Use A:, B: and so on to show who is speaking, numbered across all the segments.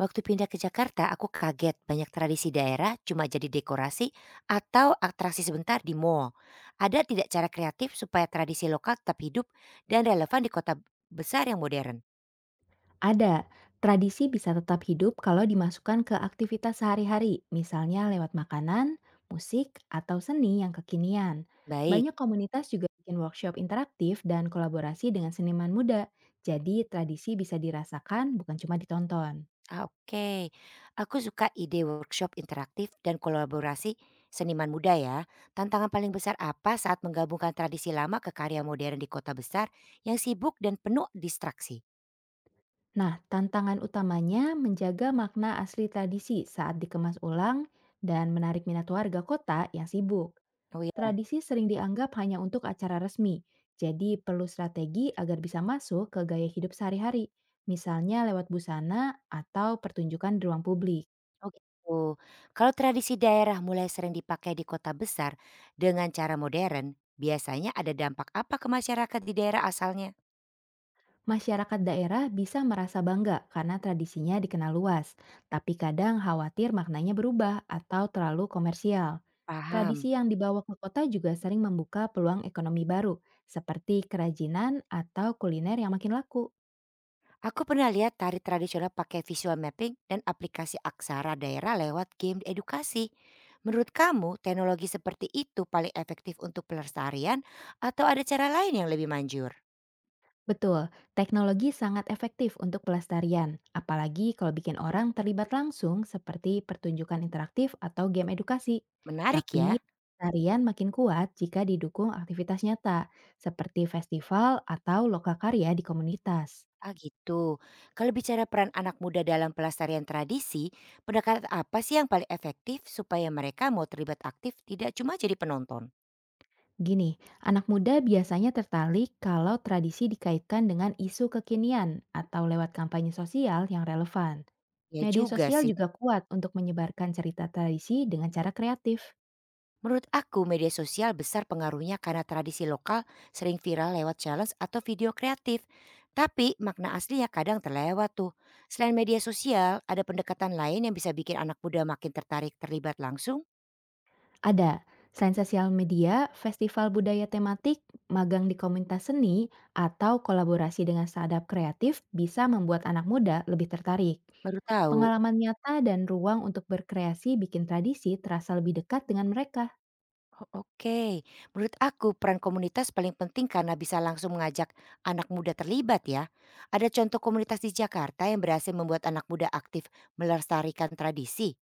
A: Waktu pindah ke Jakarta, aku kaget banyak tradisi daerah cuma jadi dekorasi atau atraksi sebentar di mall. Ada tidak cara kreatif supaya tradisi lokal tetap hidup dan relevan di kota besar yang modern?
B: Ada, tradisi bisa tetap hidup kalau dimasukkan ke aktivitas sehari-hari, misalnya lewat makanan, musik, atau seni yang kekinian.
A: Baik,
B: Banyak komunitas juga bikin workshop interaktif dan kolaborasi dengan seniman muda, jadi tradisi bisa dirasakan bukan cuma ditonton.
A: oke. Aku suka ide workshop interaktif dan kolaborasi seniman muda ya. Tantangan paling besar apa saat menggabungkan tradisi lama ke karya modern di kota besar yang sibuk dan penuh distraksi?
B: Nah, tantangan utamanya menjaga makna asli tradisi saat dikemas ulang dan menarik minat warga kota yang sibuk.
A: Oh iya.
B: Tradisi sering dianggap hanya untuk acara resmi, jadi perlu strategi agar bisa masuk ke gaya hidup sehari-hari, misalnya lewat busana atau pertunjukan di ruang publik.
A: Oh gitu. Kalau tradisi daerah mulai sering dipakai di kota besar dengan cara modern, biasanya ada dampak apa ke masyarakat di daerah asalnya?
B: Masyarakat daerah bisa merasa bangga karena tradisinya dikenal luas, tapi kadang khawatir maknanya berubah atau terlalu komersial.
A: Paham.
B: Tradisi yang dibawa ke kota juga sering membuka peluang ekonomi baru, seperti kerajinan atau kuliner yang makin laku.
A: Aku pernah lihat tari tradisional pakai visual mapping dan aplikasi aksara daerah lewat game edukasi. Menurut kamu, teknologi seperti itu paling efektif untuk pelestarian atau ada cara lain yang lebih manjur?
B: Betul, teknologi sangat efektif untuk pelestarian, apalagi kalau bikin orang terlibat langsung seperti pertunjukan interaktif atau game edukasi.
A: Menarik ya.
B: Tapi, pelestarian makin kuat jika didukung aktivitas nyata, seperti festival atau lokal karya di komunitas.
A: Ah gitu. Kalau bicara peran anak muda dalam pelestarian tradisi, pendekatan apa sih yang paling efektif supaya mereka mau terlibat aktif tidak cuma jadi penonton?
B: Gini, anak muda biasanya tertarik kalau tradisi dikaitkan dengan isu kekinian atau lewat kampanye sosial yang relevan.
A: Ya
B: Media
A: juga
B: sosial
A: sih.
B: juga kuat untuk menyebarkan cerita tradisi dengan cara kreatif.
A: Menurut aku media sosial besar pengaruhnya karena tradisi lokal sering viral lewat challenge atau video kreatif. Tapi makna aslinya kadang terlewat tuh. Selain media sosial, ada pendekatan lain yang bisa bikin anak muda makin tertarik terlibat langsung?
B: Ada selain sosial media, festival budaya tematik, magang di komunitas seni, atau kolaborasi dengan startup kreatif bisa membuat anak muda lebih tertarik.
A: Baru tahu.
B: Pengalaman nyata dan ruang untuk berkreasi bikin tradisi terasa lebih dekat dengan mereka.
A: Oh, oke, menurut aku peran komunitas paling penting karena bisa langsung mengajak anak muda terlibat ya. Ada contoh komunitas di Jakarta yang berhasil membuat anak muda aktif melestarikan tradisi.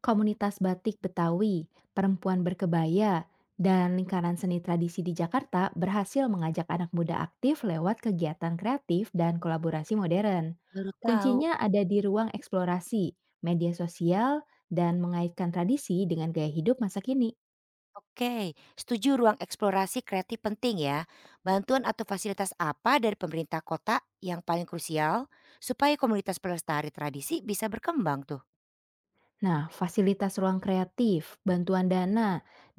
B: Komunitas batik Betawi, perempuan berkebaya, dan lingkaran seni tradisi di Jakarta berhasil mengajak anak muda aktif lewat kegiatan kreatif dan kolaborasi modern.
A: Baru tahu.
B: Kuncinya ada di ruang eksplorasi, media sosial, dan mengaitkan tradisi dengan gaya hidup masa kini.
A: Oke, setuju ruang eksplorasi kreatif penting ya. Bantuan atau fasilitas apa dari pemerintah kota yang paling krusial supaya komunitas pelestari tradisi bisa berkembang tuh?
B: Nah, fasilitas ruang kreatif, bantuan dana,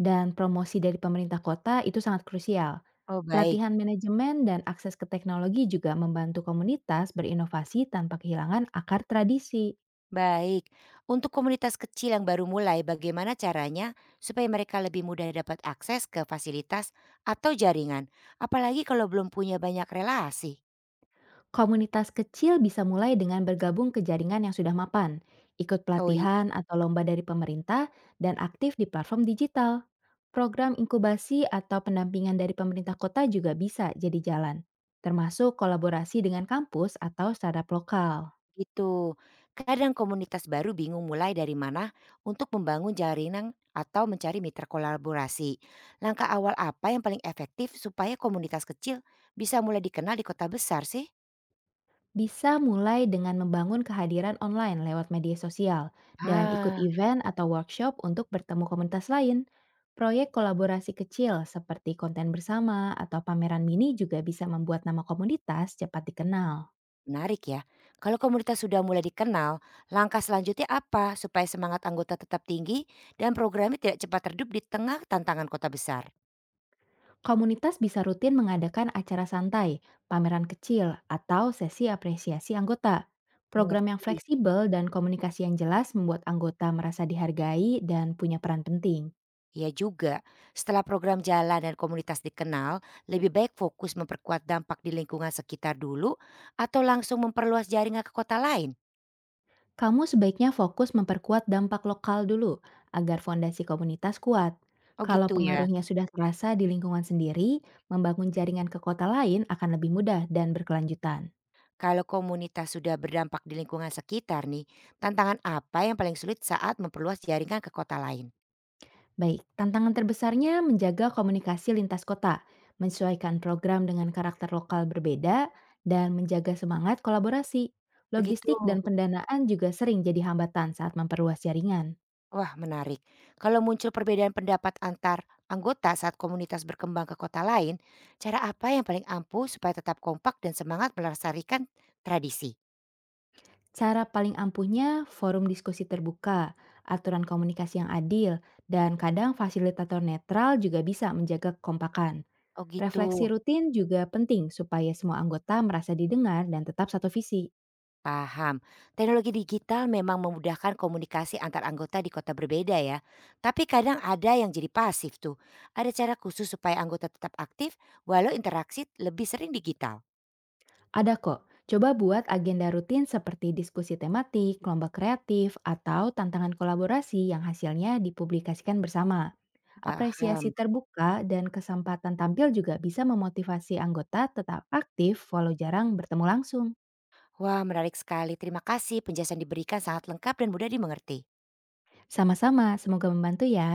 B: dan promosi dari pemerintah kota itu sangat krusial.
A: Oh baik.
B: Pelatihan manajemen dan akses ke teknologi juga membantu komunitas berinovasi tanpa kehilangan akar tradisi.
A: Baik, untuk komunitas kecil yang baru mulai, bagaimana caranya supaya mereka lebih mudah dapat akses ke fasilitas atau jaringan, apalagi kalau belum punya banyak relasi?
B: Komunitas kecil bisa mulai dengan bergabung ke jaringan yang sudah mapan, ikut
A: Oh iya,
B: pelatihan atau lomba dari pemerintah, dan aktif di platform digital. Program inkubasi atau pendampingan dari pemerintah kota juga bisa jadi jalan, termasuk kolaborasi dengan kampus atau startup lokal.
A: gitu. Kadang komunitas baru bingung mulai dari mana untuk membangun jaringan atau mencari mitra kolaborasi. Langkah awal apa yang paling efektif supaya komunitas kecil bisa mulai dikenal di kota besar sih?
B: Bisa mulai dengan membangun kehadiran online lewat media sosial dan ikut
A: Ah.
B: event atau workshop untuk bertemu komunitas lain. Proyek kolaborasi kecil seperti konten bersama atau pameran mini juga bisa membuat nama komunitas cepat dikenal.
A: Menarik ya. Kalau komunitas sudah mulai dikenal, langkah selanjutnya apa supaya semangat anggota tetap tinggi dan programnya tidak cepat redup di tengah tantangan kota besar?
B: Komunitas bisa rutin mengadakan acara santai, pameran kecil, atau sesi apresiasi anggota. Program yang
A: Mengerti.
B: fleksibel dan komunikasi yang jelas membuat anggota merasa dihargai dan punya peran penting.
A: Ya juga, setelah program jalan dan komunitas dikenal, lebih baik fokus memperkuat dampak di lingkungan sekitar dulu atau langsung memperluas jaringan ke kota lain.
B: Kamu sebaiknya fokus memperkuat dampak lokal dulu agar fondasi komunitas kuat.
A: Oh
B: Kalau
A: gitu ya.
B: pengaruhnya sudah terasa di lingkungan sendiri, membangun jaringan ke kota lain akan lebih mudah dan berkelanjutan.
A: Kalau komunitas sudah berdampak di lingkungan sekitar nih, tantangan apa yang paling sulit saat memperluas jaringan ke kota lain?
B: Baik, tantangan terbesarnya menjaga komunikasi lintas kota, menyesuaikan program dengan karakter lokal berbeda, dan menjaga semangat kolaborasi.
A: Begitu.
B: Logistik dan pendanaan juga sering jadi hambatan saat memperluas jaringan.
A: Wah, menarik. Kalau muncul perbedaan pendapat antar anggota saat komunitas berkembang ke kota lain, cara apa yang paling ampuh supaya tetap kompak dan semangat melestarikan tradisi?
B: Cara paling ampuhnya forum diskusi terbuka, aturan komunikasi yang adil, dan kadang fasilitator netral juga bisa menjaga kekompakan.
A: Oh gitu,
B: Refleksi rutin juga penting supaya semua anggota merasa didengar dan tetap satu visi.
A: paham. Teknologi digital memang memudahkan komunikasi antar anggota di kota berbeda ya. Tapi kadang ada yang jadi pasif tuh. Ada cara khusus supaya anggota tetap aktif walau interaksi lebih sering digital?
B: Ada kok, coba buat agenda rutin seperti diskusi tematik, kelompok kreatif, atau tantangan kolaborasi yang hasilnya dipublikasikan bersama.
A: Paham.
B: Apresiasi terbuka dan kesempatan tampil juga bisa memotivasi anggota tetap aktif walau jarang bertemu langsung.
A: Wah, menarik sekali. Terima kasih. Penjelasan diberikan sangat lengkap dan mudah dimengerti.
B: Sama-sama, semoga membantu ya.